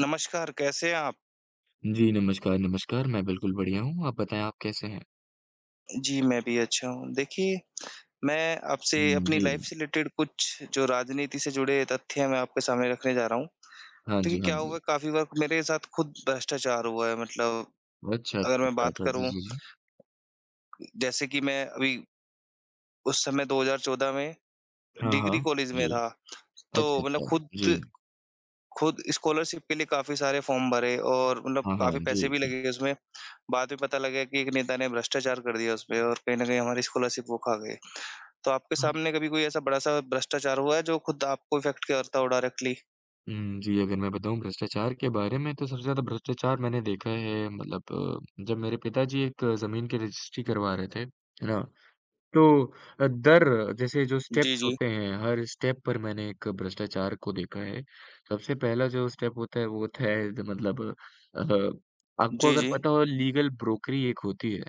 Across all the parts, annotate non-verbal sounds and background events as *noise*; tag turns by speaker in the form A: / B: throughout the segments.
A: नमस्कार, कैसे हैं आप?
B: जी, नमस्कार, नमस्कार। मैं बिल्कुल बढ़िया हूँ, आप बताएँ आप कैसे हैं?
A: जी, मैं भी अच्छा हूँ। देखिए, मैं आपसे
B: हुँ,
A: अपनी
B: जी।
A: लाइफ़ से रिलेटेड कुछ जो राजनीति से जुड़े तथ्य हैं, मैं आपके सामने रखने जा रहा हूँ।
B: हाँ
A: देखिए,
B: जी, हाँ
A: क्या
B: जी।
A: हुआ काफ़ी बार मेरे साथ खुद भ्रष्टाचार हुआ है मतलब
B: अच्छा,
A: अगर
B: अच्छा,
A: मैं
B: अच्छा,
A: बात
B: अच्छा। जी,
A: करूँ
B: जी, जी।
A: जैसे कि मैं अभी उस समय 2014 में
B: हाँ, हाँ।
A: डिग्री कॉलेज में
B: जी।
A: था,
B: अच्छा,
A: तो मतलब
B: अच्छा।
A: खुद
B: जी।
A: खुद स्कॉलरशिप के लिए काफ़ी सारे फ़ॉर्म भरे और मतलब
B: हाँ, हाँ।
A: काफ़ी पैसे भी
B: जी।
A: लगे उसमें। बाद में पता लगा कि एक नेता ने भ्रष्टाचार कर दिया उसमें, और कहीं न कहीं हमारी स्कॉलरशिप वो खा गए। तो आपके सामने कभी कोई ऐसा बड़ा-सा भ्रष्टाचार हुआ है जो खुद आपको इफ़ेक्ट करता हो डायरेक्टली?
B: जी, अगर मैं बताऊँ भ्रष्टाचार के बारे में तो सबसे ज़्यादा भ्रष्टाचार मैंने देखा है मतलब जब मेरे पिताजी एक ज़मीन की रजिस्ट्री करवा रहे थे, है ना? तो अ, दर जैसे जो
A: जी,
B: स्टेप्स
A: जी।
B: होते हैं, हर स्टेप पर मैंने एक भ्रष्टाचार को देखा है। सबसे पहला जो स्टेप होता है, वो होता है ज मतलब अ, आपको
A: जी,
B: अगर
A: जी।
B: पता हो लीगल ब्रोकरी एक होती है,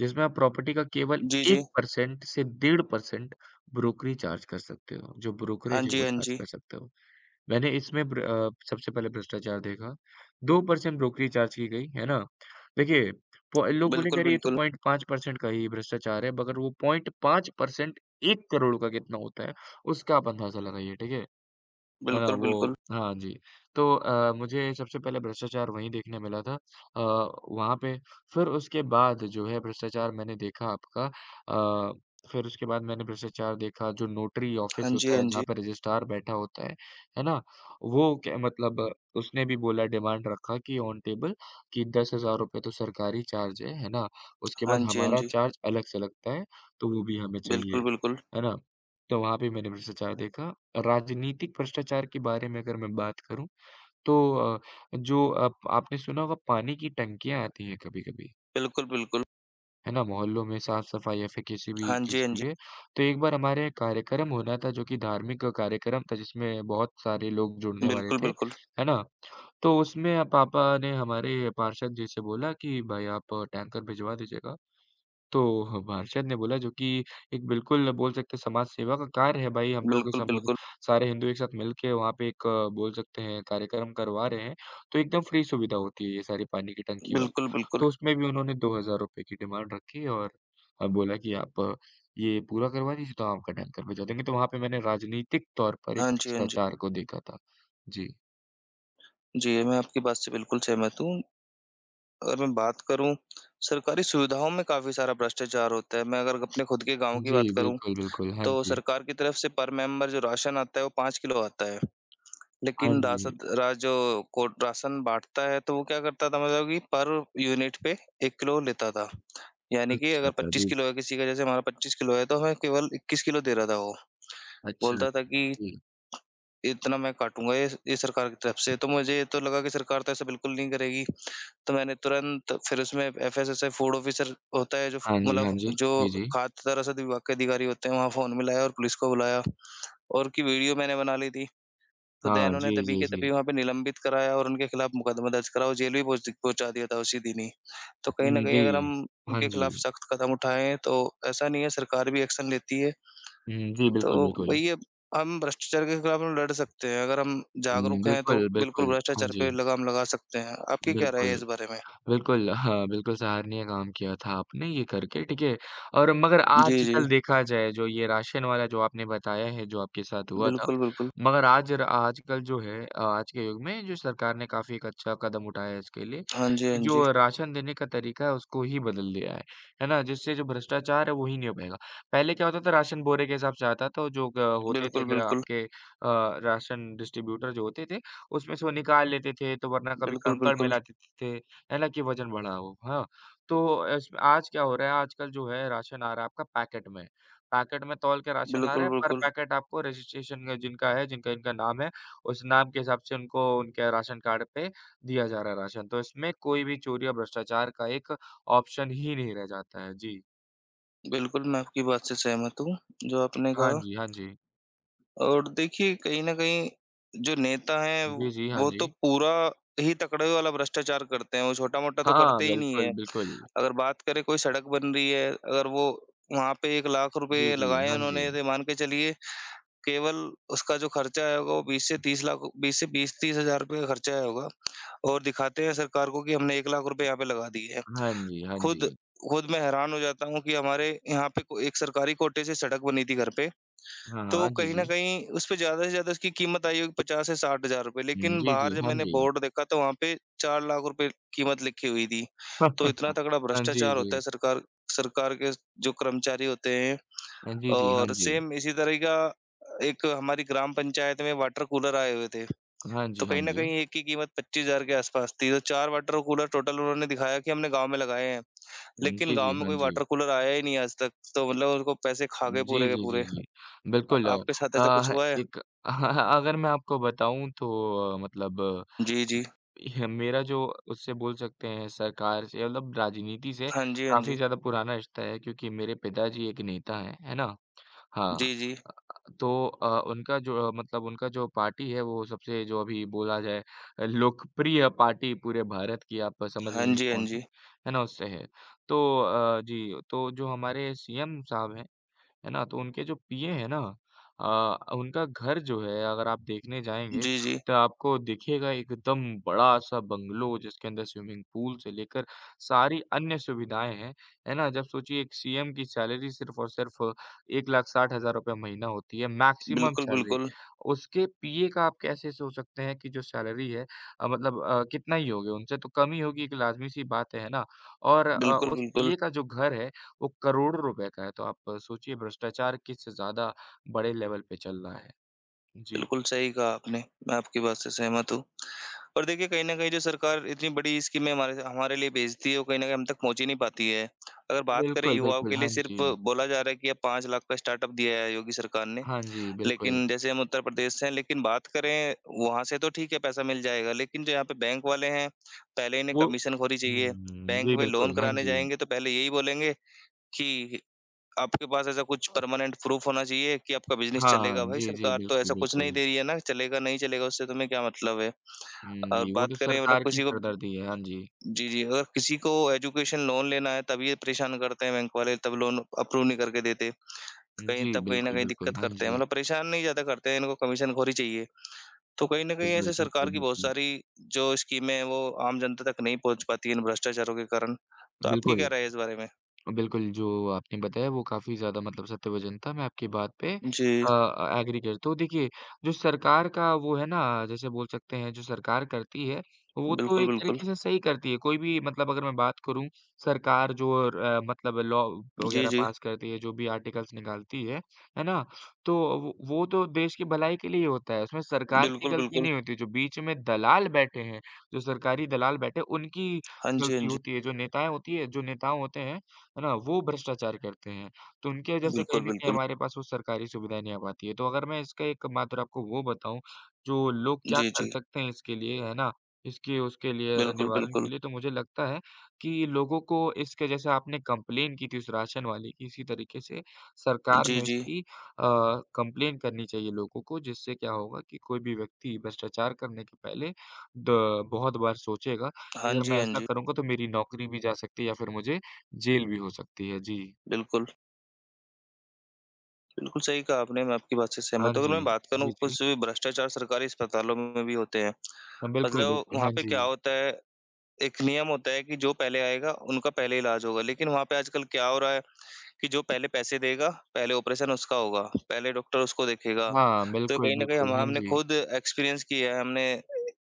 B: जिसमें आप प्रॉपर्टी का केवल
A: जी, जी।
B: 1% से डेढ़ परसेंट ब्रोकरी चार्ज कर सकते हो। जो
A: हाँ
B: ब्रोकरेज है,
A: जी,
B: वो
A: हाँ
B: चार्ज
A: जी।
B: कर सकते हो। मैंने इसमें सबसे पहले भ्रष्टाचार देखा, 2% ब्रोकरी चार्ज की गई, है ना? देखिए, प लोग बोलेंगे
A: बिल्कुल,
B: अरे ये तो
A: बिल्कुल।
B: 0.5% का ही भ्रष्टाचार है, मगर वो 0.5% 1 करोड़ का कितना होता है, उसका आप अंदाज़ा लगाइए, ठीक है? है ना?
A: बिल्कुल,
B: वो
A: बिल्कुल।
B: हाँ जी। तो मुझे सबसे पहले भ्रष्टाचार वहीं देखने मिला था अ, वहाँ पे। फिर उसके बाद जो है भ्रष्टाचार मैंने देखा आपका अ, फिर उसके बाद मैंने भ्रष्टाचार देखा जो नोटरी ऑफ़िस
A: हाँ जी,
B: होता
A: हाँ
B: है, जहाँ
A: जी।
B: पे रजिस्ट्रार बैठा होता है ना? वो क्या मतलब उसने भी बोला डिमांड रखा कि ऑन टेबल कि ₹10,000 तो सरकारी चार्ज है ना? उसके
A: हाँ
B: बाद
A: जी, हाँ
B: हमारा
A: जी।
B: चार्ज अलग से लगता है, तो वो भी हमें चाहिए,
A: बिल्कुल, बिल्कुल।
B: है ना? तो वहाँ पे मैंने भ्रष्टाचार देखा। राजनीतिक भ्रष्टाचार के बारे में अगर मैं बात करूँ तो अ, जो आप आपने सुना होगा पानी की टंकियाँ आती हैं कभी-कभी,
A: बिल्कुल, बिल्कुल।
B: है ना? मोहल्लों में साफ-सफाई या फिर किसी भी
A: हाँ जी,
B: चीज़
A: हाँ
B: के
A: जी।
B: लिए। तो एक बार हमारे यहाँ कार्यक्रम होना था जो कि धार्मिक कार्यक्रम था जिसमें बहुत सारे लोग जुड़ने वाले
A: बिल्कुल,
B: थे,
A: बिल्कुल।
B: है ना? तो उसमें पापा ने हमारे पार्षद जी से बोला कि भाई आप टैंकर भिजवा दीजिएगा। तो ह पार्षद ने बोला जो कि एक बिल्कुल बोल सकते हैं समाज सेवा का कार्य है भाई हम लोग
A: बिल्कुल,
B: सब
A: बिल्कुल।
B: सारे हिंदू एक साथ मिल के वहाँ पे एक बोल सकते हैं कार्यक्रम करवा रहे हैं, तो एकदम फ्री सुविधा होती है ये सारी पानी की टंकी वाली।
A: बिल्कुल, बिल्कुल।
B: तो उसमें भी उन्होंने ₹2000 की डिमांड रखी और बोला कि आप ये पूरा करवा दीजिए तो आपका टैंकर भिजवा देंगे, तो वहाँ पे मैंने राजनीतिक तौर पर एक
A: हाँ जी, हाँ जी।
B: भ्रष्टाचार को देखा था। जी।
A: जी, मैं आपकी बात से बिल्कुल सहमत हूँ। अगर मैं बात करूँ, सरकारी सुविधाओं में काफ़ी सारा भ्रष्टाचार होता है। मैं अगर अपने खुद के गाँव की
B: जी,
A: बात करूँ,
B: बिल्कुल, बिल्कुल। हाँ
A: तो
B: जी।
A: सरकार की तरफ से पर मेंबर जो राशन आता है वो 5 किलो आता है।
B: हाँ
A: लेकिन
B: जी।
A: रासद रा जो को राशन बाँटता है तो वो क्या करता था मतलब कि पर यूनिट पे 1 किलो लेता था। यानी कि
B: अच्छा,
A: अगर
B: अच्छा।
A: 25
B: जी।
A: किलो है किसी का, जैसे हमारा 25 किलो है तो हमें केवल 21 किलो दे रहा था वो।
B: अच्छा,
A: बोलता था
B: अच्छा।
A: कि
B: जी।
A: इतना मैं काटूँगा ये सरकार की तरफ से। तो मुझे तो लगा कि सरकार तो ऐसा बिल्कुल नहीं करेगी। तो मैंने तुरंत फिर उसमें एफएसएसए फूड ऑफिसर होता है जो फ
B: हाँ जी, हाँ
A: मतलब
B: जी।
A: जो
B: जी, जी।
A: खाद्य तथा रसद विभाग के अधिकारी होते हैं, वहाँ फ़ोन मिलाया और पुलिस को बुलाया और की वीडियो मैंने बना ली थी। तो
B: हाँ,
A: दैन उन्हें
B: जी,
A: तभी
B: जी,
A: के
B: जी।
A: तभी वहाँ पे निलंबित कराया और उनके खिलाफ मुकदमा दर्ज करा और जेल भी पहुँचा दिया था उसी दिन ही। तो कहीं
B: हुँ,
A: न कहीं अगर
B: जी।
A: हम
B: हाँ
A: उनके खिलाफ
B: जी।
A: सख्त कदम उठाएँ तो ऐसा नहीं है, सरकार भी एक्शन लेती है।
B: हुँ, जी,
A: तो
B: बिल्कुल, बिल्कुल।
A: वही है, हम भ्रष्टाचार के खिलाफ हम लड़ सकते हैं। अगर हम
B: हुँ,
A: जागरूक हैं तो
B: बिल्कुल,
A: बिल्कुल
B: बिल्कुल। हाँ
A: भ्रष्टाचार
B: जी,
A: पे लगाम लगा सकते हैं। आपकी क्या राय
B: बिल्कुल।
A: है इस बारे में?
B: बिल्कुल, हाँ, बिल्कुल सराहनीय काम किया था आपने ये करके, ठीक है? और मगर
A: जी, जी।
B: आजकल देखा जाए जो ये राशन वाला जो आपने बताया है, जो आपके साथ हुआ था,
A: बिल्कुल, बिल्कुल।
B: मगर आज र आजकल जो है आज के युग में जो सरकार ने काफ़ी एक अच्छा कदम उठाया है इसके लिए,
A: हाँ जी,
B: कि
A: हाँ जी।
B: जो राशन देने का तरीका है उसको ही बदल दिया है ना? जिससे जो भ्रष्टाचार है वो ही नहीं हो पाएगा। पहले क्या होता था राशन बोरे के हिसाब से आता था, जो ग होते थे
A: बिल्कुल,
B: अगर
A: बिल्कुल।
B: आपके राशन डिस्ट्रीब्यूटर जो होते थे, उसमें से वो निकाल लेते थे, तो वरना कभी
A: बिल्कुल,
B: कंकड़ में
A: बिल्कुल।
B: ला देते थे। हालाँकि वज़न बढ़ा हो, हाँ। तो इस आज क्या हो रहा है, आजकल जो है राशन आ रहा है आपका पैकेट में। पैकेट में तौल के राशन आ रहा
A: बिल्कुल,
B: है, पर
A: बिल्कुल।
B: पैकेट आपको रजिस्ट्रेशन में जिनका है, जिनका इनका नाम है, उस नाम के हिसाब से उनको उनके राशन कार्ड पे दिया जा रहा है राशन। तो इसमें कोई भी चोरी या भ्रष्टाचार का एक ऑप्शन ही नहीं रह जाता है। जी।
A: बिल्कुल, मैं आपकी बात से सहमत हूँ, जो आपने
B: हाँ
A: कहा।
B: जी, हाँ जी।
A: और देखिए कहीं न कहीं जो नेता हैं
B: जी, जी, हाँ
A: वो तो
B: जी।
A: पूरा ही तकड़े वाला भ्रष्टाचार करते हैं, वो छोटा-मोटा तो
B: हाँ,
A: करते ही नहीं
B: बिल्कुल,
A: है।
B: बिल्कुल।
A: अगर बात करें कोई सड़क बन रही है, अगर वो वहाँ पे 1 लाख
B: जी,
A: रुपए
B: जी,
A: लगाए
B: हाँ जी।
A: उन्होंने तो मान के चलिए केवल उसका जो खर्चा आया होगा वो 20 से 20-30 हज़ार रुपए का खर्चा आया होगा, और दिखाते हैं सरकार को कि हमने 1 लाख रुपए यहाँ पे लगा दिए हैं।
B: हाँ जी, हाँ
A: खुद
B: जी।
A: खुद मैं हैरान हो जाता हूँ कि हमारे यहाँ पे को एक सरकारी कोटे से सड़क बनी थी घर पे,
B: हाँ, हाँ,
A: तो
B: जी,
A: कहीं न
B: जी।
A: कहीं उसपे ज़्यादा से ज़्यादा उसकी कीमत आई होगी 50 से 60 हज़ार रुपए,
B: हुँ,
A: लेकिन
B: जी, जी,
A: बाहर जब
B: हाँ
A: मैंने
B: जी।
A: बोर्ड देखा तो वहाँ पे 4 लाख रुपए कीमत लिखी हुई थी। तो
B: *laughs*
A: इतना तगड़ा
B: हाँ, जी,
A: भ्रष्टाचार
B: जी।
A: होता है सरकार सरकार के जो कर्मचारी होते हैं।
B: हाँ जी, जी। हाँ
A: और
B: जी।
A: सेम इसी तरह का एक हमारी ग्राम पंचायत में वाटर कूलर आए हुए थे।
B: हाँ
A: तो
B: जी, हाँ
A: कहीं न
B: जी।
A: कहीं एक की कीमत 25,000 के आस-पास थी। तो 4 वाटर कूलर टोटल उन्होंने दिखाया कि हमने गाँव में लगाए हैं। लेकिन
B: जी,
A: गाँव
B: जी।
A: में
B: हाँ
A: कोई
B: जी।
A: वाटर कूलर आया ही नहीं आज तक। तो मतलब उनको पैसे खा गए
B: जी,
A: पूरे के
B: जी, जी,
A: पूरे।
B: जी। बिल्कुल
A: आपके साथ ऐसा कुछ
B: अ,
A: हुआ है?
B: एक *laughs* अगर मैं आपको बताऊँ तो मतलब
A: जी, जी।
B: ह मेरा जो उससे बोल सकते हैं सरकार से मतलब राजनीति से
A: हाँ जी, हाँ
B: काफ़ी
A: जी।
B: ज़्यादा पुराना रिश्ता है क्योंकि मेरे पिताजी एक नेता हैं, है ना? हाँ,
A: जी, जी।
B: अ, तो उनका जो मतलब उनका जो पार्टी है वो सबसे जो अभी बोला जाए लोकप्रिय पार्टी पूरे भारत की आप समझ
A: हाँ
B: लेंगे
A: जी, हाँ
B: कौन-सी,
A: जी।
B: है ना? उससे है। तो जी, तो जो हमारे सीएम साहब हैं है ना? तो उनके जो पिए हैं ना उनका घर जो है अगर आप देखने जाएँगे
A: जी, जी।
B: तो आपको दिखेगा एकदम बड़ा-सा बंगलो जिसके अंदर स्विमिंग पूल से लेकर सारी अन्य सुविधाएँ हैं, है ना? जब सोचिए एक सीएम की सैलरी सिर्फ़ और सिर्फ़ ₹1,60,000 महीना होती है मैक्सिमम
A: बिल्कुल,
B: सैलरी।
A: बिल्कुल।
B: उसके पीए का आप कैसे सोच सकते हैं कि जो सैलरी है मतलब कितना ही होगी उनसे तो कम ही होगी एक लाज़मी-सी बात है ना? और
A: बिल्कुल,
B: उस
A: बिल्कुल।
B: पीए का जो घर है वो करोड़ों रुपए का है, तो आप सोचिए भ्रष्टाचार किस ज़्यादा बड़े लेवल पे चल रहा है। जी।
A: बिल्कुल सही कहा आपने, मैं आपकी बात से सहमत हूँ। और देखिए कहीं न कहीं जो सरकार इतनी बड़ी स्कीमें हमारे हमारे लिए भेजती है, वो कहीं न कहीं हम तक पहुँच ही नहीं पाती है। अगर बात करें
B: बिल्कुल,
A: युवाओं
B: बिल्कुल।
A: के लिए,
B: हाँ
A: सिर्फ़
B: जी।
A: बोला जा रहा है कि अब 5 लाख का स्टार्टअप दिया है योगी सरकार ने।
B: हाँ जी, बिल्कुल।
A: लेकिन जैसे हम उत्तर प्रदेश से हैं, लेकिन बात करें, वहाँ से तो ठीक है पैसा मिल जाएगा, लेकिन जो यहाँ पे बैंक वाले हैं, पहले इन्हें
B: वो
A: कमीशन खोरी चाहिए।
B: हुँ,
A: बैंक
B: जी
A: में लोन
B: बिल्कुल। हाँ
A: कराने
B: जी।
A: जाएँगे तो पहले यही बोलेंगे कि आपके पास ऐसा कुछ परमानेंट प्रूफ़ होना चाहिए कि आपका बिज़नेस
B: हाँ, हाँ,
A: चलेगा। भाई,
B: जी, जी,
A: सरकार तो
B: बिल्कुल,
A: ऐसा कुछ नहीं
B: बिल्कुल।
A: दे रही है ना, चलेगा नहीं चलेगा उससे तुम्हें क्या मतलब है?
B: हुँ,
A: और
B: जी, वो तो
A: बात करें मतलब
B: सरकार की
A: किसी को,
B: सरदर्दी है। हाँ जी।
A: जी, जी, अगर किसी को एजुकेशन लोन लेना है तब ये परेशान करते हैं बैंक वाले, तब लोन अप्रूव नहीं करके देते। कहीं
B: जी,
A: तब कहीं न
B: बिल्कुल,
A: कहीं
B: बिल्कुल।
A: दिक्कत
B: हाँ
A: करते हैं,
B: जी।
A: मतलब परेशान नहीं ज़्यादा करते हैं, इनको कमीशनखोरी चाहिए। तो कहीं न
B: बस,
A: कहीं
B: बस,
A: ऐसे
B: बिल्कुल,
A: सरकार की बहुत
B: बिल्कुल।
A: सारी जो स्कीमें हैं वो आम जनता तक नहीं पहुँच पाती है इन भ्रष्टाचारों के कारण। तो आपकी क्या
B: बिल्कुल।
A: राय है इस बारे में?
B: बिल्कुल, जो आपने बताया वो काफ़ी ज़्यादा मतलब सत्य वचन था, मैं आपकी बात पे
A: जी,
B: एग्री करता हूँ। देखिए, जो सरकार का वो है ना जैसे बोल सकते हैं जो सरकार करती है, वो तो
A: बिल्कुल,
B: एक
A: बिल्कुल।
B: तरीके से सही करती है। कोई भी मतलब अगर मैं बात करूँ सरकार जो मतलब लॉ
A: जी,
B: वग़ैरह
A: जी।
B: पास करती है, जो भी आर्टिकल्स निकालती है ना? तो वो तो देश की भलाई के लिए ही होता है, उसमें सरकार की
A: बिल्कुल,
B: गलती
A: बिल्कुल।
B: नहीं होती। जो बीच में दलाल बैठे हैं, जो सरकारी दलाल बैठे हैं, उनकी
A: हाँ जी,
B: गलती
A: हाँ जी।
B: होती है। जो नेताएँ होती हैं जो नेताओं होते हैं, है ना? वो भ्रष्टाचार करते हैं। तो उनकी वजह से कहीं
A: बिल्कुल,
B: न कहीं
A: बिल्कुल।
B: हमारे पास वो सरकारी सुविधाएँ नहीं आ पाती है। तो अगर मैं इसका एक मात्र आपको वो बताऊँ, जो लोग क्या
A: जी,
B: कर
A: जी।
B: सकते हैं इसके लिए, है ना? इसके उसके लिए
A: बिल्कुल,
B: निवारण के
A: बिल्कुल।
B: लिए तो मुझे लगता है कि लोगों को इसके जैसे आपने कंप्लेन की थी उस राशन वाले की, इसी तरीके से सरकार
A: जी,
B: में
A: जी।
B: इसकी कंप्लेन करनी चाहिए लोगों को, जिससे क्या होगा कि कोई भी व्यक्ति भ्रष्टाचार करने के पहले द बहुत बार सोचेगा कि
A: हाँ
B: अगर
A: जी,
B: मैं
A: हाँ
B: ऐसा
A: जी।
B: करूँगा तो मेरी नौकरी भी जा सकती है या फिर मुझे जेल भी हो सकती है, जी।
A: बिल्कुल, बिल्कुल सही कहा आपने, मैं आपकी बात से
B: हाँ
A: सहमत हूँ। अगर
B: जी।
A: मैं बात
B: जी,
A: करूँ,
B: जी।
A: कुछ भी भ्रष्टाचार सरकारी अस्पतालों में भी होते हैं।
B: हाँ, बिल्कुल,
A: मतलब
B: बिल्कुल।
A: वहाँ
B: हाँ
A: पे
B: जी।
A: क्या होता है, एक नियम होता है कि जो पहले आएगा, उनका पहले इलाज होगा। लेकिन वहाँ पे आजकल क्या हो रहा है कि जो पहले पैसे देगा, पहले ऑपरेशन उसका होगा, पहले डॉक्टर उसको देखेगा।
B: हाँ,
A: तो
B: बिल्कुल,
A: कहीं न कहीं
B: बिल्कुल।
A: हम
B: हाँ
A: हमने
B: जी।
A: खुद एक्सपीरियंस किया है, हमने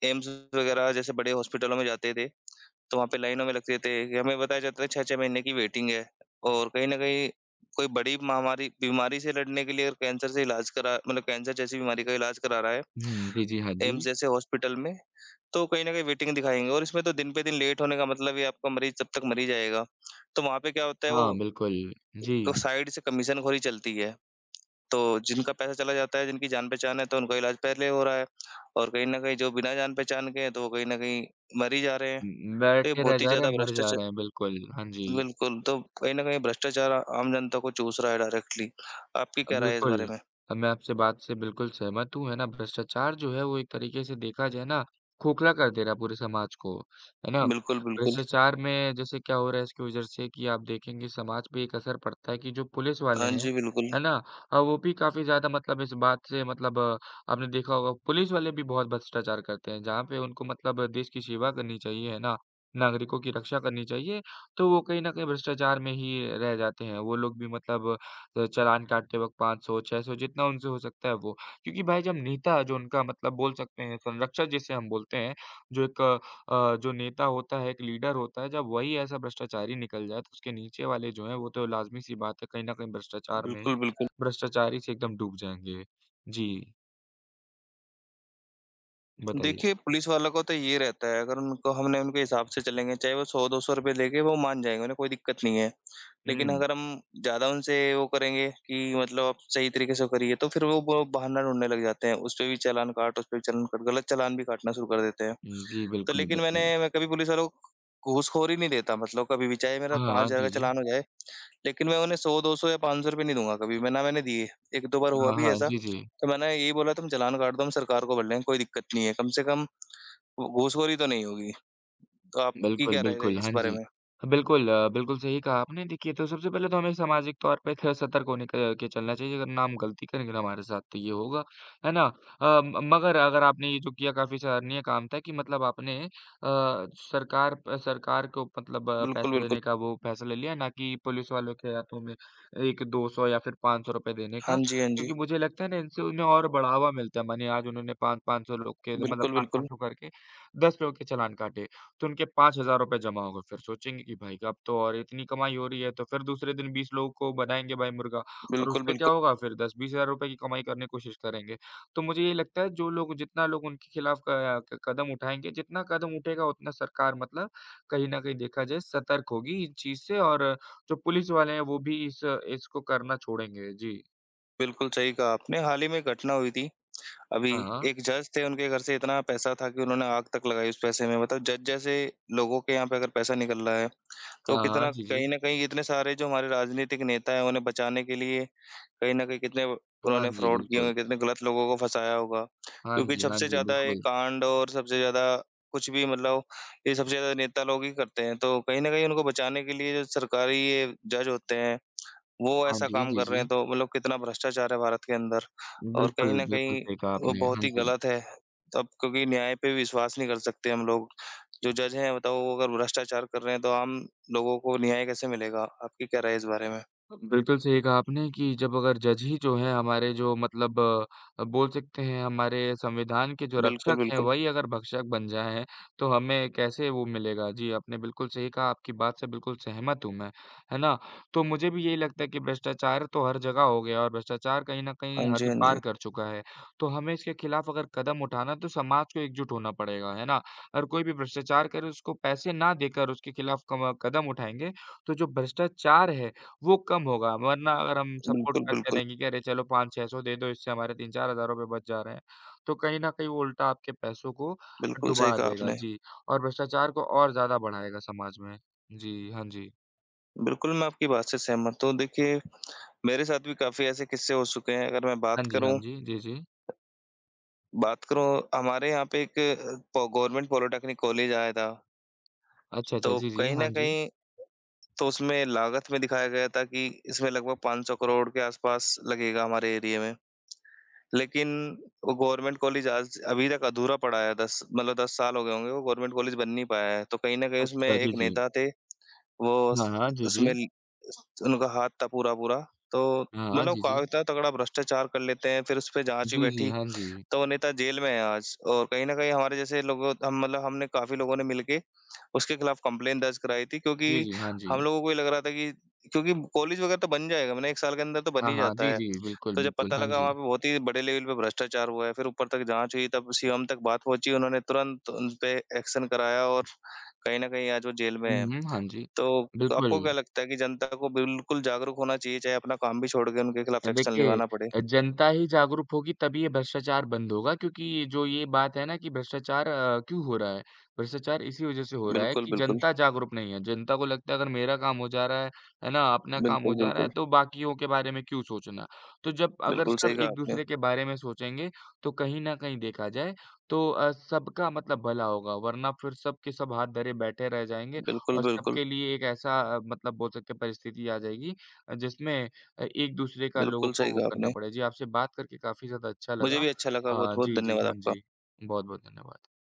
A: एम्स वगैरह जैसे बड़े हॉस्पिटलों में जाते थे, तो वहाँ पे लाइनों में लगते थे। हमें बताया जाता था 6-6 महीने की वेटिंग है, और कहीं न कहीं कोई बड़ी महामारी बीमारी से लड़ने के लिए, और कैंसर से इलाज करा मतलब कैंसर जैसी बीमारी का इलाज करा रहा है
B: हुँ, जी, जी, हाँ
A: एम्स
B: जी।
A: जैसे हॉस्पिटल में, तो कहीं न कहीं वेटिंग दिखाएँगे, और इसमें तो दिन पे दिन लेट होने का मतलब ये आपका मरीज़ तब तक मर ही जाएगा। तो वहाँ पे क्या होता है
B: हाँ,
A: वो
B: बिल्कुल।
A: क
B: जी,
A: साइड से कमीशनखोरी चलती है। तो जिनका पैसा चला जाता है, जिनकी जान-पहचान है तो उनका इलाज पहले हो रहा है, और कहीं न कहीं जो बिना जान-पहचान के हैं तो वो कहीं न कहीं मर ही जा रहे हैं। तो ये
B: बैठे रह
A: बहुत ही
B: जा रहे
A: ज़्यादा
B: हैं, मर जा
A: भ्रष्टाचा
B: रहे हैं, बिल्कुल। हाँ जी。
A: बिल्कुल, तो कहीं न कहीं भ्रष्टाचार आम जनता को चूस रहा है डायरेक्टली। आपकी क्या राय है इस बारे
B: बिल्कुल।
A: में?
B: मैं आपसे बात से बिल्कुल सहमत हूँ, है ना? भ्रष्टाचार जो है वो एक तरीके से देखा जाए ना, खोखला कर दे रहा है पूरे समाज को, है ना?
A: बिल्कुल, बिल्कुल।
B: भ्रष्टाचार में जैसे क्या हो रहा है इसकी वजह से कि आप देखेंगे समाज पे एक असर पड़ता है कि जो पुलिस वाले
A: हाँ
B: हैं,
A: जी, बिल्कुल।
B: है ना? वो भी काफ़ी ज़्यादा मतलब इस बात से मतलब आपने देखा होगा पुलिस वाले भी बहुत भ्रष्टाचार करते हैं, जहाँ पे उनको मतलब देश की सेवा करनी चाहिए, है ना? नागरिकों की रक्षा करनी चाहिए, तो वो कहीं न कहीं भ्रष्टाचार में ही रह जाते हैं। वो लोग भी मतलब तो चालान काटते वक़्त 500, 600 जितना उनसे हो सकता है वो। क्योंकि भाई जब नेता जो उनका मतलब बोल सकते हैं संरक्षक जिसे हम बोलते हैं, जो एक जो नेता होता है, एक लीडर होता है, जब वही ऐसा भ्रष्टाचारी निकल जाए, तो उसके नीचे वाले जो हैं वो तो लाज़मी-सी बात है कहीं न कहीं भ्रष्टाचार में ही
A: बिल्कुल, बिल्कुल।
B: भ्रष्टाचारी से एकदम डूब जाएँगे। जी, बताइए।
A: देखिए, पुलिस वालों को तो ये रहता है, अगर उनको हमने उनके हिसाब से चलेंगे, चाहे वो 100-200 रुपए देके वो मान जाएँगे, उन्हें कोई दिक्कत नहीं है। लेकिन
B: हुँ।
A: अगर हम ज़्यादा उनसे वो करेंगे कि मतलब आप सही तरीके से करिए, तो फिर वो ब बहाना ढूँढने लग जाते हैं, उस पे भी चालान काट, उस पे भी चालान काट, गलत चालान भी काटना शुरू कर देते हैं।
B: जी,
A: तो
B: बिल्कुल,
A: लेकिन
B: बिल्कुल।
A: मैं कभी पुलिस वालों को घूसखोरी नहीं देता मतलब कभी भी, चाहे मेरा
B: हाँ, हाँ।
A: 5,000
B: जी,
A: का
B: जी।
A: चालान हो जाए, लेकिन मैं उन्हें 100-200 या ₹500 नहीं दूँगा कभी, मैंने दिए। 1-2 बार हुआ
B: हाँ,
A: भी
B: हाँ।
A: ऐसा,
B: जी, जी।
A: तो मैंने यही बोला तुम चालान काट दो, हम सरकार को बोल रहे हैं, कोई दिक्कत नहीं है, कम से कम घूसखोरी तो नहीं होगी। तो आपकी
B: बिल्कुल,
A: क्या राय है
B: बिल्कुल।
A: इस
B: हाँ
A: बारे
B: जी।
A: में?
B: बिल्कुल, बिल्कुल सही कहा आपने। देखिए तो सबसे पहले तो हमें सामाजिक तौर पे थ सतर्क होने क के चलना चाहिए। अगर ना हम गलती करेंगे ना हमारे साथ तो ये होगा, है ना? अ, म मगर अगर आपने ये जो किया काफ़ी सराहनीय काम था कि मतलब आपने सरकार प सरकार को मतलब
A: बिल्कुल,
B: पैसे
A: बिल्कुल।
B: देने का वो फैसला लिया ना कि पुलिस वालों के हाथों में एक 200 या फिर ₹500 देने
A: हाँ
B: का।
A: जी, हाँ जी।
B: क्योंकि मुझे लगता है ना इनसे उन्हें और बढ़ावा मिलता है। मानिए आज उन्होंने 5-500 लोग के मतलब
A: बिल्कुल, बिल्कुल।
B: 5-500 करके 10 लोग के चालान काटे। तो उनके ₹5,000 जमा हो गए, फिर सोचेंगे कि भाई साहब तो और इतनी कमाई हो रही है, तो फिर दूसरे दिन 20 लोगों को बनाएँगे भाई मुर्गा और
A: बिल्कुल,
B: उससे क्या
A: बिल्कुल,
B: होगा फिर 10-20,000 रुपए की कमाई करने की कोशिश करेंगे। तो मुझे ये लगता है जो लोग जितना लोग उनके खिलाफ क क कदम उठाएँगे, जितना कदम उठेगा उतना सरकार मतलब कहीं न कहीं देखा जाए सतर्क होगी इस चीज़ से और जो पुलिस वाले हैं वो भी इस इसको करना छोड़ेंगे। जी।
A: बिल्कुल सही कहा आपने। हाल ही में एक घटना हुई थी। अभी
B: हाँ, हाँ।
A: एक जज थे, उनके घर से इतना पैसा था कि उन्होंने आग तक लगाई उस पैसे में, मतलब जज जैसे लोगों के यहाँ पे अगर पैसा निकल रहा है तो
B: हाँ, हाँ।
A: कितना
B: जी, जी।
A: कहीं न कहीं इतने सारे जो हमारे राजनीतिक नेता हैं उन्हें बचाने के लिए कहीं न कहीं कितने
B: हाँ
A: उन्होंने
B: जी,
A: फ्रॉड किए
B: बिल्कुल।
A: होंगे, कितने गलत लोगों को फँसाया होगा।
B: हाँ
A: क्योंकि
B: जी, हाँ
A: सबसे
B: जी,
A: ज़्यादा ये
B: बिल्कुल।
A: कांड और सबसे ज़्यादा कुछ भी मतलब ये सबसे ज़्यादा नेता लोग ही करते हैं। तो कहीं न कहीं उनको बचाने के लिए जो सरकारी ये जज होते हैं, वो
B: हाँ
A: ऐसा
B: जी,
A: काम
B: जी,
A: कर रहे
B: जी।
A: हैं, तो मतलब कितना भ्रष्टाचार है भारत के अंदर, और कहीं
B: बिल्कुल,
A: न
B: बिल्कुल
A: कहीं
B: सही कहा
A: वो
B: आपने।
A: बहुत
B: हाँ
A: ही
B: जी।
A: गलत है। तब क्योंकि न्याय पे विश्वास नहीं कर सकते हम लोग। जो जज हैं बताओ वो अगर भ्रष्टाचार कर रहे हैं तो आम लोगों को न्याय कैसे मिलेगा? आपकी क्या राय है इस बारे में?
B: बिल्कुल सही कहा आपने कि जब अगर जज ही जो है हमारे जो मतलब बोल सकते हैं हमारे संविधान के जो
A: बिल्कुल,
B: रक्षक हैं
A: बिल्कुल।
B: वही अगर भक्षक बन जाएँ तो हमें कैसे वो मिलेगा। जी, आपने बिल्कुल सही कहा, आपकी बात से बिल्कुल सहमत हूँ मैं, है ना? तो मुझे भी यही लगता है कि भ्रष्टाचार तो हर जगह हो गया और भ्रष्टाचार कहीं न कहीं
A: हाँ जी,
B: हद
A: हाँ जी।
B: पार कर चुका है। तो हमें इसके खिलाफ अगर कदम उठाना है तो समाज को एकजुट होना पड़ेगा, है ना? और कोई भी भ्रष्टाचार करे उसको पैसे ना देकर उसके खिलाफ कम कदम उठाएँगे तो जो भ्रष्टाचार है वो कम होगा, वरना अगर हम सपोर्ट
A: बिल्कुल,
B: करते
A: बिल्कुल।
B: रहेंगे कि अरे चलो 500-600 दे दो, इससे हमारे 3-4 हज़ार रुपए बच जा रहे हैं, तो कहीं न कहीं वो उल्टा आपके पैसों को
A: बिल्कुल सही
B: डुबा
A: कहा
B: देगा।
A: आपने।
B: जी, और भ्रष्टाचार को और ज़्यादा बढ़ाएगा समाज में। जी, हाँ जी।
A: बिल्कुल, मैं आपकी बात से सहमत हूँ। देखिए, मेरे साथ भी काफ़ी ऐसे किस्से हो चुके हैं। अगर मैं
B: हाँ
A: बात
B: जी, हाँ
A: करूँ
B: जी। जी, जी।
A: बात करूँ हमारे यहाँ पे एक पो गवर्नमेंट पॉलिटेक्निक कॉलेज आया था।
B: अच्छा, अच्छा।
A: तो
B: जी, जी।
A: कहीं
B: हाँ
A: न
B: जी।
A: कहीं, तो उसमें लागत में दिखाया गया था कि इसमें लगभग 500 करोड़ के आसपास लगेगा हमारे एरिया में। लेकिन वो गवर्नमेंट कॉलेज आज अभी तक अधूरा पड़ा है। 10 मतलब 10 साल हो गए होंगे, वो गवर्नमेंट कॉलेज बन नहीं पाया है। तो कहीं न कहीं उसमें
B: अच्छा, जी,
A: एक
B: जी।
A: नेता थे, वो
B: हाँ,
A: उस
B: हाँ। जी, जी।
A: उसमें उनका हाथ था पूरा-पूरा, तो
B: हाँ, हाँ।
A: मतलब
B: जी,
A: का
B: जी।
A: इतना तगड़ा भ्रष्टाचार कर लेते हैं, फिर उसपे जाँच भी
B: जी, जी।
A: बैठी,
B: हाँ जी।
A: तो वो नेता जेल में है आज। और कहीं न कहीं हमारे जैसे लोगों हम मतलब हमने काफ़ी लोगों ने मिलके उसके खिलाफ कंप्लेंट दर्ज कराई थी,
B: जी,
A: क्योंकि
B: जी। हाँ जी।
A: हम लोगों को ये लग रहा था कि क्योंकि कॉलेज वगैरह तो बन जाएगा मैंने, 1 साल के अंदर तो बन
B: हाँ,
A: ही
B: हाँ।
A: जाता
B: जी,
A: है।
B: जी। बिल्कुल,
A: तो जब
B: बिल्कुल।
A: पता
B: हाँ
A: लगा
B: जी।
A: वहाँ पे बहुत ही बड़े लेवल पे भ्रष्टाचार हुआ है, फिर ऊपर तक जाँच हुई तब सीएम तक बात पहुँची, उन्होंने तुरंत उनपे एक्शन कराया, और कहीं न कहीं आज वो जेल में
B: हुँ,
A: है।
B: हुँ। हाँ जी।
A: तो
B: बिल्कुल।
A: आपको क्या लगता है कि जनता को बिल्कुल जागरूक होना चाहिए, चाहे अपना काम भी छोड़ के उनके खिलाफ एक्शन
B: देखिए
A: निभाना पड़े?
B: जनता ही जागरूक होगी तभी ये भ्रष्टाचार बंद होगा क्योंकि ये जो ये बात है ना कि भ्रष्टाचार क्यों हो रहा है? भ्रष्टाचार इसी वज़ह से हो रहा है
A: बिल्कुल,
B: कि
A: बिल्कुल।
B: जनता जागरूक नहीं है। जनता को लगता है अगर मेरा काम हो जा रहा है ना? अपना काम हो
A: बिल्कुल,
B: जा रहा है
A: बिल्कुल।
B: तो बाकियों के बारे में क्यों सोचना? तो जब अगर
A: बिल्कुल
B: सब
A: सही कहा आपने।
B: एक-दूसरे के बारे में सोचेंगे तो कहीं न कहीं देखा जाए तो सबका मतलब भला होगा वरना फिर सब के सब हाथ धरे बैठे रह जाएँगे
A: बिल्कुल,
B: और
A: बिल्कुल।
B: सबके लिए एक ऐसा मतलब बोल सकते हैं परिस्थिति आ जाएगी जिसमें एक-दूसरे का लोगों
A: बिल्कुल
B: को
A: सही
B: वो
A: कहा
B: करना
A: आपने।
B: पड़े। जी, आपसे बात करके काफ़ी ज़्यादा अच्छा
A: मुझे
B: लगा。
A: भी अच्छा लगा, बहुत-बहुत
B: जी, जी।
A: धन्यवाद
B: हाँ
A: आपका।
B: जी। बहुत-बहुत धन्यवाद।